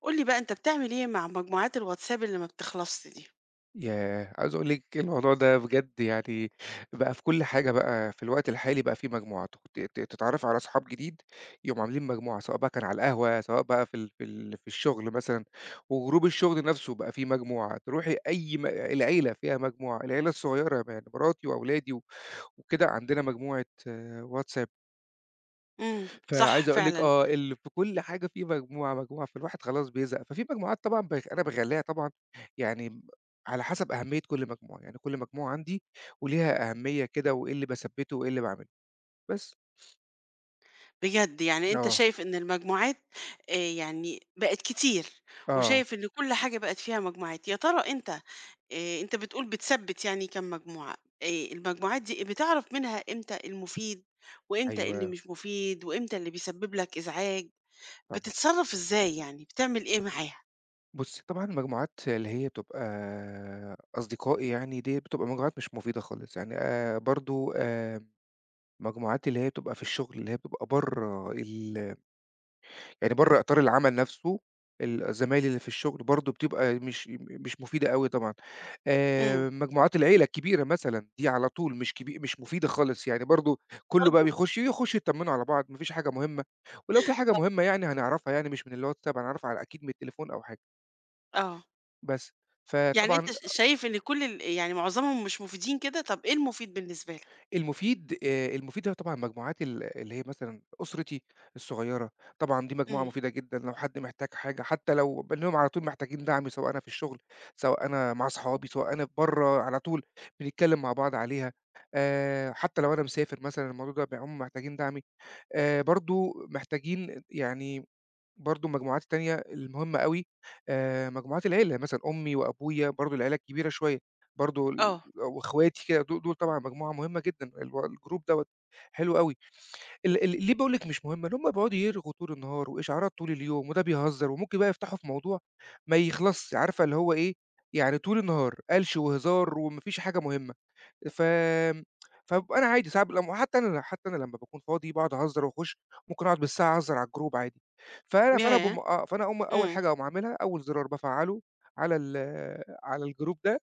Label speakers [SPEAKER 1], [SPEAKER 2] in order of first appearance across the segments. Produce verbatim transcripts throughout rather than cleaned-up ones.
[SPEAKER 1] قُل لي بقى أنت بتعمل إيه مع مجموعات الواتساب اللي ما بتخلصش دي؟
[SPEAKER 2] ياه! عاوز أقول لِك الموضوع ده بجد يعني بقى في كل حاجة بقى في الوقت الحالي بقى في مجموعة، ت ت تتعرّفي على أصحاب جديد، يقوموا عاملين مجموعة، سواء بقى كان على القهوة، سواء بقى في ال في ال في الشغل مثلًا، وجروب الشغل نفسه بقى فيه مجموعة، تروحي أي م العيلة فيها مجموعة، العيلة الصغيرة يعني مراتي وأولادي و وكده عندنا مجموعة آه، واتساب.
[SPEAKER 1] إمم، صح
[SPEAKER 2] فعايز أقول لِك
[SPEAKER 1] فعلًا.
[SPEAKER 2] آه، ال في كل حاجة في مجموعة، مجموعة، فالواحد خلاص بيزهق. ففي مجموعات طبعًا باخ أنا باخلّيها طبعًا يعني ب على حسب أهمية كل مجموعة، يعني كل مجموعة عندي وليها أهمية كده وإيه اللي باثبّته وإيه اللي باعمله، بس.
[SPEAKER 1] بجد يعني أنت
[SPEAKER 2] آه.
[SPEAKER 1] شايف إن المجموعات آآ يعني بقت كتير،
[SPEAKER 2] آه،
[SPEAKER 1] وشايف إن كل حاجة بقت فيها مجموعات، يا ترى أنت آآ أنت بتقول بتثبّت يعني كام مجموعة، آآ المجموعات دي بتعرف منها إمتى المفيد، وإمتى اللي
[SPEAKER 2] أيوه
[SPEAKER 1] مش مفيد، وإمتى اللي بيسبب لك إزعاج،
[SPEAKER 2] طبعًا.
[SPEAKER 1] بتتصرّف إزاي يعني، بتعمل إيه معاها؟
[SPEAKER 2] بُصّي، طبعًا المجموعات اللي هي بتبقى أصدقائي يعني ديّة بتبقى مجموعات مش مفيدة خالص، يعني آآ برضه آآ مجموعات اللي هي بتبقى في الشغل، اللي هي بتبقى برّه ال يعني برّه إطار العمل نفسه، ال زمايلي اللي في الشغل برضه بتبقى مش مش مفيدة أوي طبعًا.
[SPEAKER 1] إمم،
[SPEAKER 2] آآ مجموعات العيلة الكبيرة مثلًا، دي على طول مش كبي مش مفيدة خالص، يعني برضه كُلّه بقى
[SPEAKER 1] برضه؟
[SPEAKER 2] بيخُش يخُشّوا يتطمّنوا على بعض، ما فيش حاجة مهمة، ولو في حاجة مهمة يعني هنعرفها يعني مش من الWhatsApp هنعرفها على أكيد من التليفون أو حاجة،
[SPEAKER 1] آه.
[SPEAKER 2] بس.
[SPEAKER 1] يعني أنت
[SPEAKER 2] فطبعًا
[SPEAKER 1] ش شايف إن كل ال يعني معظمهم مش مفيدين كده؟ طَب إيه المفيد بالنسبة لك؟
[SPEAKER 2] المفيد آآ المفيد هي طبعًا مجموعات ال اللي هي مثلًا أسرتي الصغيّرة، طبعًا دي مجموعة
[SPEAKER 1] إمم،
[SPEAKER 2] مفيدة جدًا لو حد محتاج حاجة، حتى لو بانلاقيهم على طول محتاجين دعم سواء أنا في الشغل، سواء أنا مع أصحابي، سواء أنا برّه، على طول بنتكلّم مع بعض عليها. آآ حتى لو أنا مسافر مثلًا الموضوع ده بيبقى هُم محتاجين دعمي، آآ برضه محتاجين يعني برضه المجموعات التانية المهمة أوي، آآ مجموعات العيلة، يعني مثلًا أمي وأبويا برضه العيلة الكبيرة شوية، برضه ال
[SPEAKER 1] آه،
[SPEAKER 2] وأخواتي كده دو دول طبعًا مجموعة مهمة جدًا، الو الجروب دوّة حلو أوي، ال ال ليه باقول لِك مش مهمة؟ إن هُم بيقعدوا يرغوا طول النهار وإشعارات طول اليوم وده بيهزر وممكن بقى يفتحوا في موضوع ما يخلصش، عارفة اللي هو إيه، يعني طول النهار قلش وهزار وما فيش حاجة مهمة. ف فبابقى أنا عادي ساعات لمّا حتى أنا حتى أنا لمّا باكون فاضي باقعد أهزر وأخُش ممكن أقعد بالساعة أهزر على الجروب عادي، فأنا فأنا
[SPEAKER 1] ياه!
[SPEAKER 2] باقوم آه، فأنا أقوم أول
[SPEAKER 1] إمم،
[SPEAKER 2] حاجة أقوم عاملها أول زرار بافعّله على ال على الجروب ده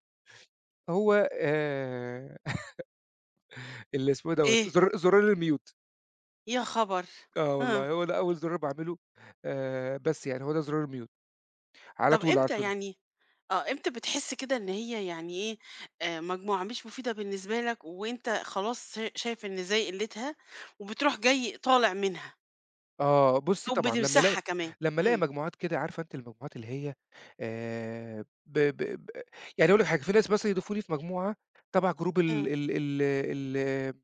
[SPEAKER 2] هو آآ اللي اسمه إيه دوّة،
[SPEAKER 1] إيه؟
[SPEAKER 2] زرار زرار الmute.
[SPEAKER 1] يا خبر!
[SPEAKER 2] آه
[SPEAKER 1] آه،
[SPEAKER 2] والله، هو ده أول زرار باعمله، آآ بس يعني هو ده زرار الmute على
[SPEAKER 1] طَب
[SPEAKER 2] طول، على
[SPEAKER 1] إمتى
[SPEAKER 2] طول.
[SPEAKER 1] يعني آه، إمتى بتحس كده إن هي يعني إيه، آآ مجموعة مش مفيدة بالنسبة لك وأنت خلاص شا شايف إن زي قِلّتها وبتروح جاي طالع منها
[SPEAKER 2] آه، بُصّي
[SPEAKER 1] أو
[SPEAKER 2] طبعًا لمّا ألاقي،
[SPEAKER 1] بتمسحها كمان؟
[SPEAKER 2] لمّا ألاقي
[SPEAKER 1] إمم،
[SPEAKER 2] مجموعات كده عارفة أنتِ المجموعات اللي هي آآ ب ب ب يعني أقول لِك حاجة، في ناس مثلًا يضيفوني في مجموعة تبع جروب ال
[SPEAKER 1] إمم،
[SPEAKER 2] ال ال ال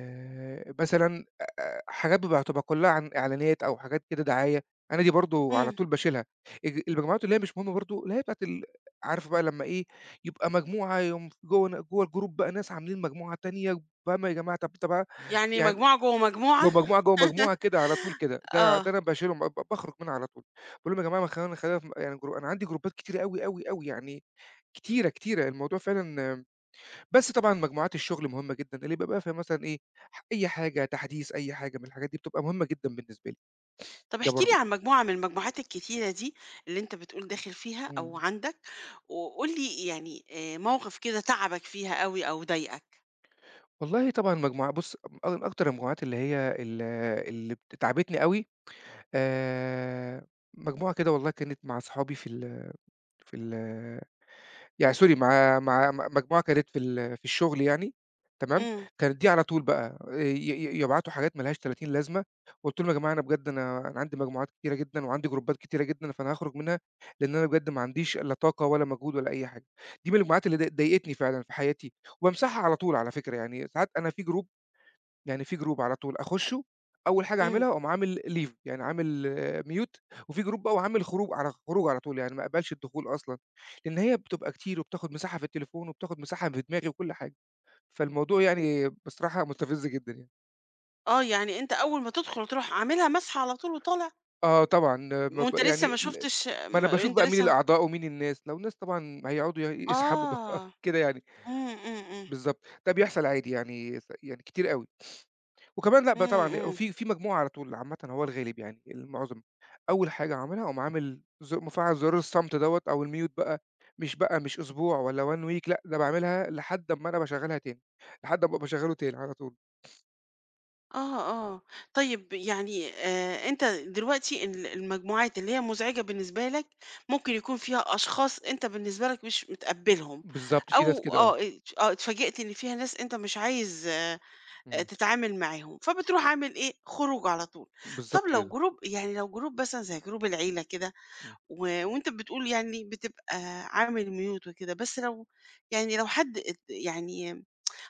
[SPEAKER 2] ال مثلًا آآ حاجات بيبقى تبقى كلّها عن إعلانات أو حاجات كده دعاية، أنا دي برضه على
[SPEAKER 1] إمم،
[SPEAKER 2] طول باشيلها. الج المجموعات اللي هي مش مهمة برضه، اللي هي بتاعة ال عارفة بقى لمّا إيه، يبقى مجموعة يقوم جوّه ن جوّه الجروب بقى ناس عاملين مجموعة تانية، فاهمة يا جماعة طَب طَب ع
[SPEAKER 1] يعني
[SPEAKER 2] يعني
[SPEAKER 1] مجموعة جوّه مجموعة؟
[SPEAKER 2] جوه مجموعة، جوه مجموعة كده على طول كده، ده
[SPEAKER 1] آه.
[SPEAKER 2] ده أنا باشيلهم ب باخرج منها على طول، باقول لهم: "يا جماعة ما خلّينا، خلّينا في يعني جرو أنا عندي جروبات كتيرة أوي، أوي، أوي يعني كتيرة، كتيرة." الموضوع فعلًا آم، بس طبعًا مجموعات الشغل مهمة جدًا، اللي بيبقى فيها مثلًا إيه، ح أي حاجة، تحديث، أي حاجة من الحاجات دي بتبقى مهمة جدًا بالنسبة لي،
[SPEAKER 1] طب
[SPEAKER 2] ده
[SPEAKER 1] احكِ لي
[SPEAKER 2] برضه.
[SPEAKER 1] عن مجموعة من المجموعات الكتيرة دي، اللي أنت بتقول داخل فيها
[SPEAKER 2] إمم.
[SPEAKER 1] أو عندك، وقُل لي يعني آآ موقف كده تعبك فيها أوي أو ضايقك.
[SPEAKER 2] والله طبعًا مجموعة بُص، أ من أكتر المجموعات اللي هي ال اللي بت تعبتني أوي، آآ مجموعة كده والله كانت مع صحابي في ال في ال يعني سوري مع مع م مجموعة كانت في ال في الشغل يعني تمام،
[SPEAKER 1] إمم،
[SPEAKER 2] كانت دي على طول بقى آه، ي ي يبعتوا حاجات ما لهاش تلاتين لازمة، قُلت لهم: "يا جماعة أنا بجد أنا أنا عندي مجموعات كتيرة جدًا وعندي جروبات كتيرة جدًا، فأنا هاخرج منها لإن أنا بجد ما عنديش لا طاقة ولا مجهود ولا أي حاجة." دي من المجموعات اللي ضا ضايقتني فعلًا في حياتي، وبامسحها على طول على فكرة، يعني ساعات أنا في جروب، يعني في جروب على طول أخُشّه، أول حاجة
[SPEAKER 1] إمم،
[SPEAKER 2] أعملها أقوم عامل leave يعني عامل mute، وفي جروب بقى وعامل خروج على خروج على طول، يعني ما اقبلش الدخول أصلًا، لإن هي بتبقى كتير وبتاخد مساحة في التليفون وبتاخد مساحة في دماغي وكل حاجة، فالموضوع يعني بصراحة مستفز جدًا يعني.
[SPEAKER 1] آه، يعني أنت أول ما تدخل تروح عاملها ماسحة على طول وطالع،
[SPEAKER 2] آه طبعًا، ما ب
[SPEAKER 1] وأنت لسه ما
[SPEAKER 2] يعني ل
[SPEAKER 1] شُفتش
[SPEAKER 2] ما
[SPEAKER 1] م
[SPEAKER 2] أنا باشوف
[SPEAKER 1] أنت
[SPEAKER 2] بقى مين
[SPEAKER 1] لسه
[SPEAKER 2] الأعضاء ومين الناس، لو الناس طبعًا هيقعدوا ي يسحبوا بقى
[SPEAKER 1] آه،
[SPEAKER 2] كده يعني،
[SPEAKER 1] إمم، إمم، إمم،
[SPEAKER 2] بالضبط، ده بيحصل عادي يعني س يعني كتير أوي. وكمان لأ، ب
[SPEAKER 1] إمم،
[SPEAKER 2] طبعًا
[SPEAKER 1] إمم.
[SPEAKER 2] وفي في مجموعة على طول عامةً هو الغالب يعني المعظم، أول حاجة عاملها أقوم عامل ز مفعّل زرار الصمت دوّة أو الmute بقى، مش بقى مش أسبوع والّا one week لأ، ده باعملها لحد أمّا أنا باشغّلها تاني، لحد أمّا باشغّله تاني على طول.
[SPEAKER 1] آه، آه. طيب يعني آآ أنت دلوقتي ال المجموعات اللي هي مزعجة بالنسبة لك، ممكن يكون فيها أشخاص أنت بالنسبة لك مش متقبّلهم
[SPEAKER 2] بالضبط، في ناس
[SPEAKER 1] أو
[SPEAKER 2] كده آه،
[SPEAKER 1] آه، ات آه، اتفاجئت إن فيها ناس أنت مش عايز آآ
[SPEAKER 2] إمم،
[SPEAKER 1] تتعامل معاهم، فبتروح عامل إيه، خروج على طول. طَب
[SPEAKER 2] بالضبط
[SPEAKER 1] لو
[SPEAKER 2] كده،
[SPEAKER 1] جروب يعني لو جروب مثلًا زي جروب العيلة كده
[SPEAKER 2] إمم.
[SPEAKER 1] و وأنت بتقول يعني بتبقى عامل mute وكده، بس لو يعني لو حد ات يعني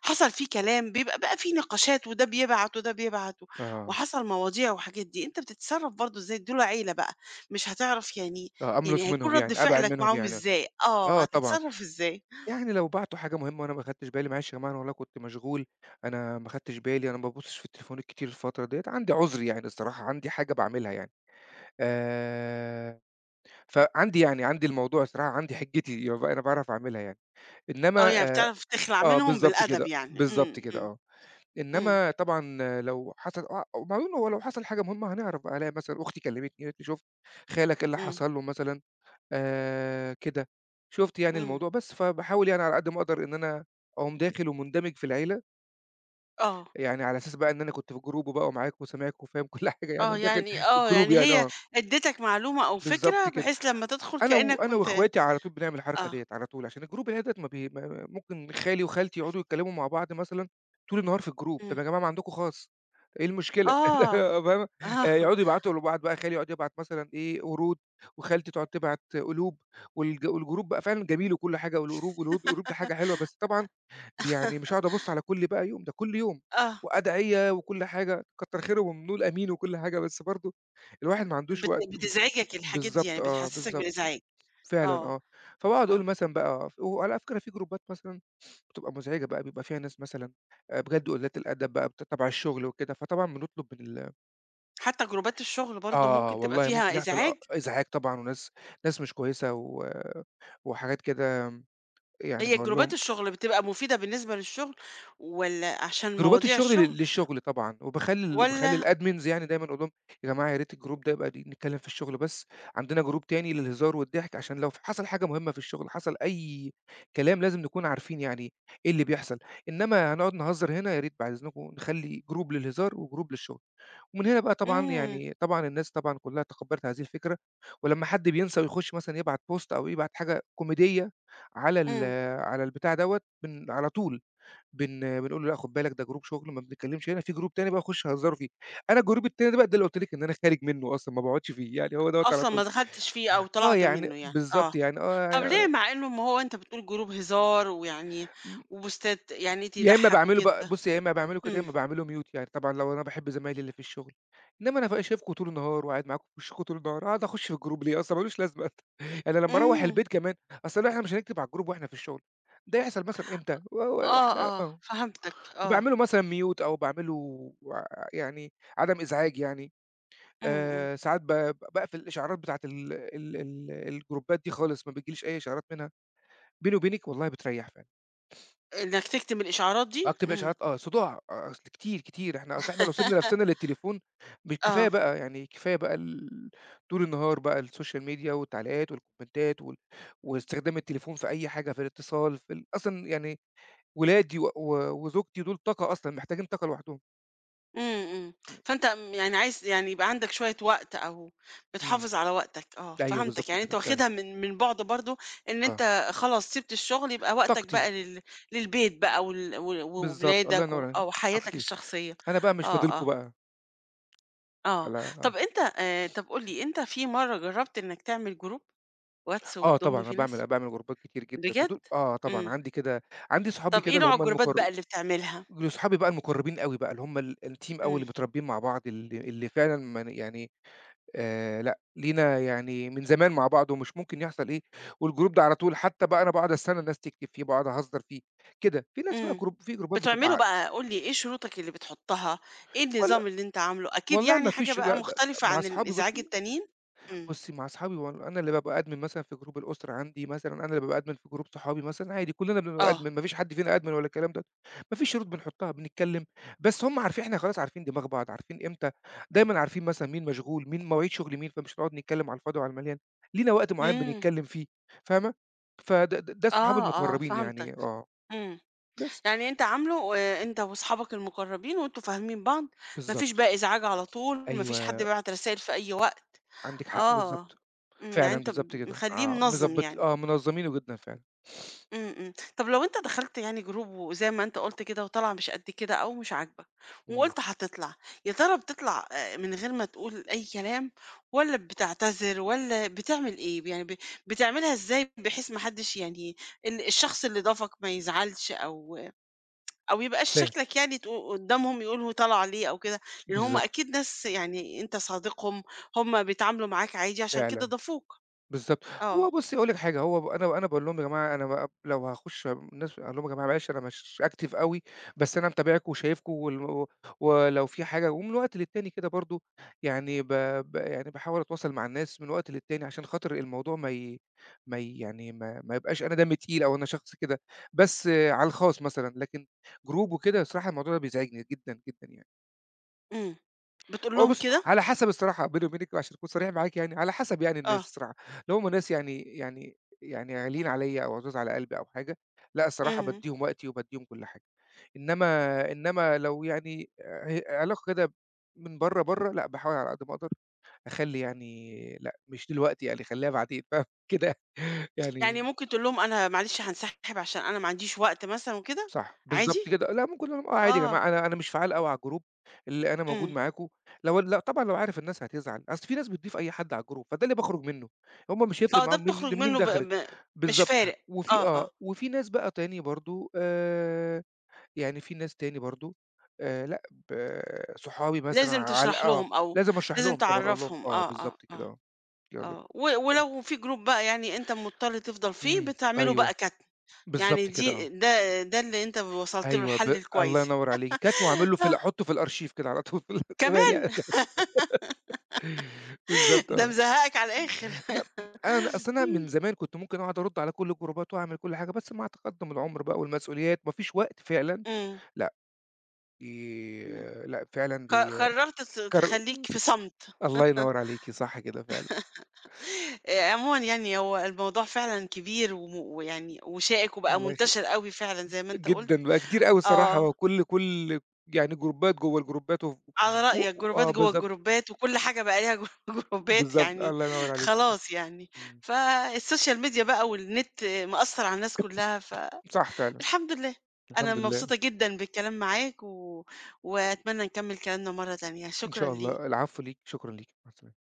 [SPEAKER 1] حصل فيه كلام، بيبقى بقى فيه نقاشات وده بيبعت وده بيبعت و
[SPEAKER 2] آه،
[SPEAKER 1] وحصل مواضيع وحاجات دي، أنت بتتصرّف برضه إزاي؟ دول عيلة بقى، مش هتعرف يعني
[SPEAKER 2] آه
[SPEAKER 1] يعني
[SPEAKER 2] أملُص
[SPEAKER 1] هيكون
[SPEAKER 2] منهم
[SPEAKER 1] رَد
[SPEAKER 2] يعني، أبعد
[SPEAKER 1] فعلك
[SPEAKER 2] منهم
[SPEAKER 1] معاهم
[SPEAKER 2] يعني،
[SPEAKER 1] إزاي؟ آه،
[SPEAKER 2] آه طبعًا،
[SPEAKER 1] هتتصرّف إزاي؟
[SPEAKER 2] يعني لو بعتوا حاجة مهمة وأنا ما خدتش بالي معلش يا جماعة أنا والله كنت مشغول، أنا ما خدتش بالي، أنا ما بابُصّش في التليفونات كتير الفترة ديّة، عندي عُذر يعني الصراحة، عندي حاجة باعملها يعني. آآ، فعندي يعني عندي الموضوع الصراحة عندي حِجِّتي، يب أنا باعرف أعملها يعني.
[SPEAKER 1] آه،
[SPEAKER 2] إنّما
[SPEAKER 1] يعني
[SPEAKER 2] آآ
[SPEAKER 1] بتعرف تخلع
[SPEAKER 2] آه،
[SPEAKER 1] منهم
[SPEAKER 2] بالضبط
[SPEAKER 1] بالأدب
[SPEAKER 2] كده،
[SPEAKER 1] يعني،
[SPEAKER 2] بالضبط
[SPEAKER 1] إمم،
[SPEAKER 2] كده
[SPEAKER 1] إمم،
[SPEAKER 2] آه.
[SPEAKER 1] إمم،
[SPEAKER 2] إنّما طبعًا لو حصل آه، وبعدين هو لو حصل حاجة مهمة هنعرف بقى، ألاقي مثلًا أختي كلّمتني قالت لي: "شُفت خالك إيه اللي
[SPEAKER 1] إمم،
[SPEAKER 2] حصل له مثلًا." آآ كده. شُفت يعني
[SPEAKER 1] إمم،
[SPEAKER 2] الموضوع بس، فباحاول يعني على قد ما أقدر إن أنا أقوم داخل ومندمج في العيلة،
[SPEAKER 1] آه،
[SPEAKER 2] يعني على أساس بقى إن أنا كنت في group وبقى ومعاك وسامعك وفاهم كل حاجة يعني
[SPEAKER 1] آه،
[SPEAKER 2] وداخل
[SPEAKER 1] يعني آه،
[SPEAKER 2] الgroup
[SPEAKER 1] يعني
[SPEAKER 2] يعني
[SPEAKER 1] هي
[SPEAKER 2] آه،
[SPEAKER 1] ادّتك معلومة أو فكرة
[SPEAKER 2] بالضبط كده.
[SPEAKER 1] بحيث لمّا تدخل
[SPEAKER 2] أنا
[SPEAKER 1] كإنّك
[SPEAKER 2] وأنا
[SPEAKER 1] كنت
[SPEAKER 2] وأخواتي على طول بنعمل الحركة
[SPEAKER 1] آه،
[SPEAKER 2] ديّة على طول، عشان الجروب اللي هي ديّة ما بي ما ما ممكن خالي وخالتي يقعدوا يتكلموا مع بعض مثلًا طول النهار في الجروب،
[SPEAKER 1] إمم،
[SPEAKER 2] طَب يا جماعة ما عندكم خاص، إيه المشكلة؟
[SPEAKER 1] آه،
[SPEAKER 2] فاهمة؟
[SPEAKER 1] آه،
[SPEAKER 2] آآ يقعدوا يبعتوا لبعض بقى، خالي يقعد يبعت مثلًا إيه ورود، وخالتي تقعد تبعت قلوب، والج والجروب بقى فعلًا جميل وكل حاجة، والورود والورود القلوب دي حاجة حلوة، بس طبعًا يعني مش هاقعد أبُص على كل بقى يوم، ده كل يوم
[SPEAKER 1] آه،
[SPEAKER 2] وأدعية وكل حاجة، كتّر خيرهم ونقول آمين وكل حاجة، بس برضه الواحد ما
[SPEAKER 1] كانت
[SPEAKER 2] عندوش
[SPEAKER 1] بت
[SPEAKER 2] وقت ب
[SPEAKER 1] بتزعجك الحاجات دي، يعني
[SPEAKER 2] بالضبط آه،
[SPEAKER 1] بتحسّسك
[SPEAKER 2] بالضبط.
[SPEAKER 1] بالإزعاج.
[SPEAKER 2] فعلًا
[SPEAKER 1] آه،
[SPEAKER 2] آه، فباقعد أقول
[SPEAKER 1] آه،
[SPEAKER 2] مثلًا بقى وعلى فكرة في جروبات مثلًا بتبقى مزعجة بقى، بيبقى فيها ناس مثلًا آآ بجد قلّات الأدب بقى بت تبع الشغل وكده، فطبعًا بنطلب من ال
[SPEAKER 1] حتى جروبات الشغل برضه
[SPEAKER 2] آه
[SPEAKER 1] ممكن تبقى
[SPEAKER 2] والله ممكن
[SPEAKER 1] فيها
[SPEAKER 2] يحصل أ
[SPEAKER 1] إزعاج،
[SPEAKER 2] إزعاج طبعًا وناس، ناس مش كويسة و وحاجات كده يعني
[SPEAKER 1] هي
[SPEAKER 2] باقول
[SPEAKER 1] جروبات
[SPEAKER 2] لهم
[SPEAKER 1] الشغل بتبقى مفيدة بالنسبة للشغل والّا عشان
[SPEAKER 2] جروبات
[SPEAKER 1] مواضيع
[SPEAKER 2] الشغل
[SPEAKER 1] الشغل
[SPEAKER 2] لل للشغل طبعًا، وباخلّي ال باخلّي
[SPEAKER 1] والّا
[SPEAKER 2] الadmins يعني دايمًا أقول لهم يا جماعة يا ريت الجروب ده يبقى دي نتكلم في الشغل بس، عندنا جروب تاني للهزار والضحك عشان لو ف حصل حاجة مهمة في الشغل، حصل أي كلام لازم نكون عارفين يعني إيه اللي بيحصل، إنما هنقعد نهزر هنا يا ريت بعد إذنكم نخلّي جروب للهزار وجروب للشغل، ومن هنا بقى طبعًا
[SPEAKER 1] إمم،
[SPEAKER 2] يعني طبعًا الناس طبعًا كلّها تقبّلت هذه الفكرة، ولمّا حد بينسى ويخش مثلًا يبعت post أو يبعت حاجة كوميدية على ال
[SPEAKER 1] إمم،
[SPEAKER 2] على البتاع دوّة بن على طول بن بنقول له: "لأ خُد بالك ده جروب شُغل ما بنتكلّمش هنا، في جروب تاني بقى خُش هزّروا فيه." أنا الجروب التاني ده بقى ده اللي قُلت لِك إن أنا خارج منّه أصلًا ما باقعُدش فيه، يعني هو دوّة على
[SPEAKER 1] أصلًا ما
[SPEAKER 2] طول.
[SPEAKER 1] دخلتش فيه أو
[SPEAKER 2] آه،
[SPEAKER 1] طلعت
[SPEAKER 2] يعني
[SPEAKER 1] منه يعني، آه،
[SPEAKER 2] بالضبط، يعني
[SPEAKER 1] طب ليه
[SPEAKER 2] آه،
[SPEAKER 1] مع إنه ما هو أنت بتقول جروب هزار ويعني
[SPEAKER 2] م
[SPEAKER 1] وبوستات يعني
[SPEAKER 2] يا إمّا
[SPEAKER 1] تضحّك
[SPEAKER 2] باعمله بقى
[SPEAKER 1] وكده؟
[SPEAKER 2] بُصّي، يا إمّا باعمله كده، يا
[SPEAKER 1] إمم،
[SPEAKER 2] إمّا باعمله mute يعني طبعًا لو أنا باحب زمايلي اللي في الشُغل، إنّما أنا بقى شايفكم طول النهار وقاعد معاكم في وشكم طول النهار، أقعد أخُش في الجروب ليه أصلًا ما لوش لازمة أصلًا. يعني لمّا أروّح
[SPEAKER 1] إمم،
[SPEAKER 2] البيت كمان أصل إحنا مش هنكتب على الجروب وإحنا في الشُغل، ده يحصل مثلًا إمتى؟ و و
[SPEAKER 1] آه،
[SPEAKER 2] وإحنا
[SPEAKER 1] آه،
[SPEAKER 2] آه.
[SPEAKER 1] فهمتك، آه،
[SPEAKER 2] وباعمل له مثلًا mute أو باعمل له يعني عدم إزعاج يعني،
[SPEAKER 1] إمم، إمم،
[SPEAKER 2] آآ ساعات ب باقفل الإشعارات بتاعة ال ال ال الجروبات دي خالص، ما بتجيليش أي إشعارات منها، بيني وبينِك والله بتريّح فعلًا،
[SPEAKER 1] إنك تكتم الإشعارات دي؟
[SPEAKER 2] أكتب
[SPEAKER 1] إمم،
[SPEAKER 2] إشعارات آه، صداع آه، أصل كتير، كتير إحنا أصل إحنا لو سِبنا نفسنا للتليفون ب كفاية
[SPEAKER 1] آه.
[SPEAKER 2] بقى يعني كفاية بقى ال طول النهار بقى السوشيال ميديا والتعليقات والكومنتات وال واستخدام التليفون في أي حاجة، في الاتصال في ال أصلًا يعني ولادي و و وزوجتي دول طاقة أصلًا، محتاجين طاقة لوحدهم.
[SPEAKER 1] إمم، إمم. فأنت م يعني عايز يعني يبقى عندك شوية وقت أو
[SPEAKER 2] إمم.
[SPEAKER 1] بتحافظ على وقتك، آه،
[SPEAKER 2] أيوه
[SPEAKER 1] فهمتك.
[SPEAKER 2] بالضبط
[SPEAKER 1] يعني أنت
[SPEAKER 2] كده فعلًا،
[SPEAKER 1] واخدها من من بُعد برضه إن
[SPEAKER 2] آه،
[SPEAKER 1] أنت خلاص سِبت الشغل، يبقى وقتك
[SPEAKER 2] طاقتي،
[SPEAKER 1] بقى لل للبيت بقى وال و
[SPEAKER 2] بالضبط، الله
[SPEAKER 1] وولادك و
[SPEAKER 2] ينور عليك،
[SPEAKER 1] أو حياتك
[SPEAKER 2] طاقتي،
[SPEAKER 1] الشخصية.
[SPEAKER 2] أنا بقى مش
[SPEAKER 1] آه،
[SPEAKER 2] فاضلكم
[SPEAKER 1] آه،
[SPEAKER 2] بقى،
[SPEAKER 1] آه.
[SPEAKER 2] على آه،
[SPEAKER 1] طَب أنت آآ طَب قُل لي، أنت في مرّة جرّبت إنّك تعمل group واتس
[SPEAKER 2] آه طبعًا
[SPEAKER 1] وتضُم
[SPEAKER 2] أنا
[SPEAKER 1] فيه ناس؟
[SPEAKER 2] باعمل باعمل جروبات كتير جدًا،
[SPEAKER 1] بجد؟
[SPEAKER 2] ودول آه طبعًا
[SPEAKER 1] إمم.
[SPEAKER 2] عندي كده عندي صحابي
[SPEAKER 1] طَب
[SPEAKER 2] كده
[SPEAKER 1] إيه
[SPEAKER 2] اللي
[SPEAKER 1] نوع
[SPEAKER 2] هم
[SPEAKER 1] الجروبات بقى
[SPEAKER 2] المقر،
[SPEAKER 1] اللي بتعملها؟
[SPEAKER 2] صحابي بقى المقربين أوي بقى، اللي هم ال الteam أوي
[SPEAKER 1] إمم.
[SPEAKER 2] اللي متربيين مع بعض، اللي اللي فعلًا ما ن يعني آآ، لأ لينا يعني من زمان مع بعض، ومش ممكن يحصل إيه، والجروب ده على طول حتى بقى أنا باقعد أستنى الناس تكتب فيه، باقعد أهزر فيه، كده، في ناس بقى
[SPEAKER 1] إمم.
[SPEAKER 2] جروب في جروبات بتبقى
[SPEAKER 1] بتعمله
[SPEAKER 2] ع
[SPEAKER 1] بقى قُل لي إيه شروطك اللي بتحُطّها، إيه
[SPEAKER 2] والَّا
[SPEAKER 1] النظام اللي أنت عامله؟ أكيد
[SPEAKER 2] والله
[SPEAKER 1] يعني
[SPEAKER 2] ما
[SPEAKER 1] حاجة
[SPEAKER 2] فيش
[SPEAKER 1] بقى
[SPEAKER 2] لأ، ده ده
[SPEAKER 1] مختلفة
[SPEAKER 2] مع
[SPEAKER 1] عن
[SPEAKER 2] صحابي
[SPEAKER 1] الإزعاج
[SPEAKER 2] بُصّي،
[SPEAKER 1] التانيين؟ إمم.
[SPEAKER 2] بُصّي، مع أصحابي وأنا أنا اللي بابقى admin مثلًا في جروب الأسرة عندي مثلًا، أنا اللي بابقى admin في جروب صحابي مثلًا، عادي كلّنا بنبقى
[SPEAKER 1] آه.
[SPEAKER 2] admin ما فيش حد فينا admin ولا الكلام ده، ما فيش شروط بنحطها، بنتكلّم، بس هم عارفين إحنا خلاص عارفين دماغ بعض، عارفين إمتى دايمًا عارفين مثلًا مين مشغول، مين مواعيد شغل مين، فمش هنقعد نتكلّم على الفاضي وعلى المليان، لينا وقت معيّن
[SPEAKER 1] إمم.
[SPEAKER 2] بنتكلّم فيه، فاهمة؟ فده د ده الصحاب
[SPEAKER 1] آه، آه،
[SPEAKER 2] المقرّبين
[SPEAKER 1] فهمتك.
[SPEAKER 2] يعني آه،
[SPEAKER 1] إمم.
[SPEAKER 2] بس،
[SPEAKER 1] يعني أنت عامله آآ أنت وأصحابك المُقرّبين وأنتم فاهمين بعض، ما فيش
[SPEAKER 2] بالضبط،
[SPEAKER 1] بقى إزعاج على طول، ما فيش حد
[SPEAKER 2] أيوه،
[SPEAKER 1] بيبعت رسايل في أي وقت.
[SPEAKER 2] عندِك حق
[SPEAKER 1] آه.
[SPEAKER 2] بالضبط،
[SPEAKER 1] إمم. يعني
[SPEAKER 2] فعلًا
[SPEAKER 1] أنت
[SPEAKER 2] بالضبط
[SPEAKER 1] ب
[SPEAKER 2] كده،
[SPEAKER 1] مخلّيه
[SPEAKER 2] آه،
[SPEAKER 1] منظّم
[SPEAKER 2] مضبّط
[SPEAKER 1] يعني.
[SPEAKER 2] آه، منظّمينه جدًا فعلًا،
[SPEAKER 1] إمم، إمم. طب لو أنت دخلت يعني group وزي ما أنت قُلت كده وطالعة مش قد كده أو مش عاجبك،
[SPEAKER 2] إمم،
[SPEAKER 1] وقُلت هتطلع، يا ترى بتطلع آآ من غير ما تقول أي كلام والّا بتعتذر والّا بتعمل إيه؟ يعني ب بتعملها إزاي بحيث ما حدّش يعني ال الشخص اللي ضافك ما يزعلش أو أو ما يبقاش
[SPEAKER 2] فاهم،
[SPEAKER 1] شكلك يعني تقو قدّامهم يقول هو طلع ليه أو كده، لإن هم
[SPEAKER 2] بالضبط،
[SPEAKER 1] أكيد ناس يعني أنت صديقهم، هم بيتعاملوا معاك عادي عشان كده
[SPEAKER 2] فعلًا.
[SPEAKER 1] ضافوك.
[SPEAKER 2] بالضبط.
[SPEAKER 1] آه،
[SPEAKER 2] هو بُصّي أقول لِك حاجة، هو ب أنا أنا باقول لهم: "يا جماعة أنا بقى لو هاخُش الناس" أقول لهم: "يا جماعة معلش أنا مش active أوي، بس أنا متابعكم وشايفكم وال ولو في حاجة" ومن وقت للتاني كده برضه يعني ب ب يعني باحاول أتواصل مع الناس من وقت للتاني عشان خاطر الموضوع ما ي ما ي يعني ما ما يبقاش أنا دمي تقيل أو أنا شخص كده، بس آه، على الخاص مثلًا، لكن group وكده الصراحة الموضوع ده بيزعجني جدًا، جدًا يعني.
[SPEAKER 1] إمم. بتقول
[SPEAKER 2] هو
[SPEAKER 1] لهم
[SPEAKER 2] بُص،
[SPEAKER 1] كده؟
[SPEAKER 2] على حسب الصراحة بيني وبينِك عشان أكون صريح معاكِ يعني، على حسب يعني الناس
[SPEAKER 1] آه،
[SPEAKER 2] الصراحة، لو هُم ناس يعني يعني يعني غاليين عليَّ أو عزاز على قلبي أو حاجة، لأ الصراحة
[SPEAKER 1] إمم.
[SPEAKER 2] بادّيهم وقتي وبادّيهم كل حاجة، إنما إنما لو يعني ه علاقة كده من برّه، برّه، لأ باحاول على قد ما أقدر أخلّي يعني لأ مش دلوقتي يعني خلّيها بعدين، فاهم كده
[SPEAKER 1] يعني
[SPEAKER 2] يعني
[SPEAKER 1] ممكن تقول لهم أنا معلش هانسحب عشان أنا ما عنديش وقت مثلًا وكده،
[SPEAKER 2] صح،
[SPEAKER 1] عادي؟
[SPEAKER 2] بالضبط كده. لأ ممكن أقول لهم آه عادي يا
[SPEAKER 1] آه.
[SPEAKER 2] جماعة أنا أنا مش فعّال أوي على الجروب، اللي أنا موجود
[SPEAKER 1] إمم.
[SPEAKER 2] معاكم، لو لأ طبعًا لو عارف الناس هتزعل، أصل في ناس بتضيف أي حد على الجروب، فده اللي باخرج منه، هُم مش هيفرق
[SPEAKER 1] آه، ده
[SPEAKER 2] معاهم مين
[SPEAKER 1] بتخرج
[SPEAKER 2] مين
[SPEAKER 1] منه
[SPEAKER 2] ده
[SPEAKER 1] ب
[SPEAKER 2] خارج
[SPEAKER 1] ب مش
[SPEAKER 2] بالضبط.
[SPEAKER 1] فارق.
[SPEAKER 2] وفي
[SPEAKER 1] آه،
[SPEAKER 2] آه،
[SPEAKER 1] آه.
[SPEAKER 2] وفي ناس بقى تاني برضه آآ، يعني في ناس تاني برضه آآ، لأ ب صحابي مثلًا
[SPEAKER 1] لازم
[SPEAKER 2] على
[SPEAKER 1] تشرح
[SPEAKER 2] آه،
[SPEAKER 1] لهم أو
[SPEAKER 2] لازم أشرح
[SPEAKER 1] لازم
[SPEAKER 2] لهم طبعًا أقول لهم
[SPEAKER 1] تعرّفهم.
[SPEAKER 2] آه،
[SPEAKER 1] آه، آه،
[SPEAKER 2] بالضبط كده
[SPEAKER 1] آه،
[SPEAKER 2] آه، يالّا
[SPEAKER 1] آه. و
[SPEAKER 2] صح.
[SPEAKER 1] ولو في جروب بقى يعني أنت مضطر تفضل فيه،
[SPEAKER 2] إمم،
[SPEAKER 1] بتعمله
[SPEAKER 2] أيوه،
[SPEAKER 1] بقى كتم. يعني
[SPEAKER 2] بالضبط كده
[SPEAKER 1] دي
[SPEAKER 2] آه.
[SPEAKER 1] ده ده اللي أنت وصلت له
[SPEAKER 2] أيوه
[SPEAKER 1] الحل
[SPEAKER 2] ب الله
[SPEAKER 1] الكويس.
[SPEAKER 2] ينوّر عليكِ، كاتمه واعمل له في ال
[SPEAKER 1] آه،
[SPEAKER 2] أحطه في الarchive كده على طول كمان
[SPEAKER 1] كمان!
[SPEAKER 2] يعني بالضبط
[SPEAKER 1] ده
[SPEAKER 2] آه.
[SPEAKER 1] مزهقك على الآخر.
[SPEAKER 2] ب أنا أصل أنا من زمان كنت ممكن أقعد أرُد على كل الجروبات وأعمل كل حاجة، بس مع تقدُّم العُمر بقى والمسؤوليات ما فيش وقت فعلًا،
[SPEAKER 1] إمم،
[SPEAKER 2] لأ ي
[SPEAKER 1] إمم.
[SPEAKER 2] لأ فعلًا
[SPEAKER 1] ق
[SPEAKER 2] بي
[SPEAKER 1] قررت ت
[SPEAKER 2] كر
[SPEAKER 1] تخلّيك في صمت.
[SPEAKER 2] الله ينوّر عليكِ، صح كده فعلًا،
[SPEAKER 1] آآ عمومًا يعني هو الموضوع فعلًا كبير وم ويعني وشائِك وبقى
[SPEAKER 2] الله يخ
[SPEAKER 1] منتشر أوي فعلًا زي ما أنت قُلت.
[SPEAKER 2] جدًا بقى كتير أوي الصراحة،
[SPEAKER 1] آه،
[SPEAKER 2] وكل كل يعني جروبات جوّه الجروبات وف
[SPEAKER 1] على
[SPEAKER 2] و
[SPEAKER 1] رأيك جروبات
[SPEAKER 2] آه
[SPEAKER 1] جوّه
[SPEAKER 2] بالضبط،
[SPEAKER 1] الجروبات وكل حاجة بقى ليها جو جروبات
[SPEAKER 2] بالضبط،
[SPEAKER 1] يعني
[SPEAKER 2] الله ينوّر عليكِ،
[SPEAKER 1] خلاص يعني،
[SPEAKER 2] إمم،
[SPEAKER 1] فالسوشيال ميديا بقى والنت مأثّر على الناس كلّها،
[SPEAKER 2] صح فعلًا،
[SPEAKER 1] فالحمد لله. أنا
[SPEAKER 2] الحمد لله.
[SPEAKER 1] مبسوطة جدًا بالكلام معاك و وأتمنى نكمّل كلامنا مرّة تانية،
[SPEAKER 2] إن
[SPEAKER 1] شكرًا
[SPEAKER 2] شاء
[SPEAKER 1] ليك.
[SPEAKER 2] الله، العفو ليك، شكرًا ليك، مع السلامة.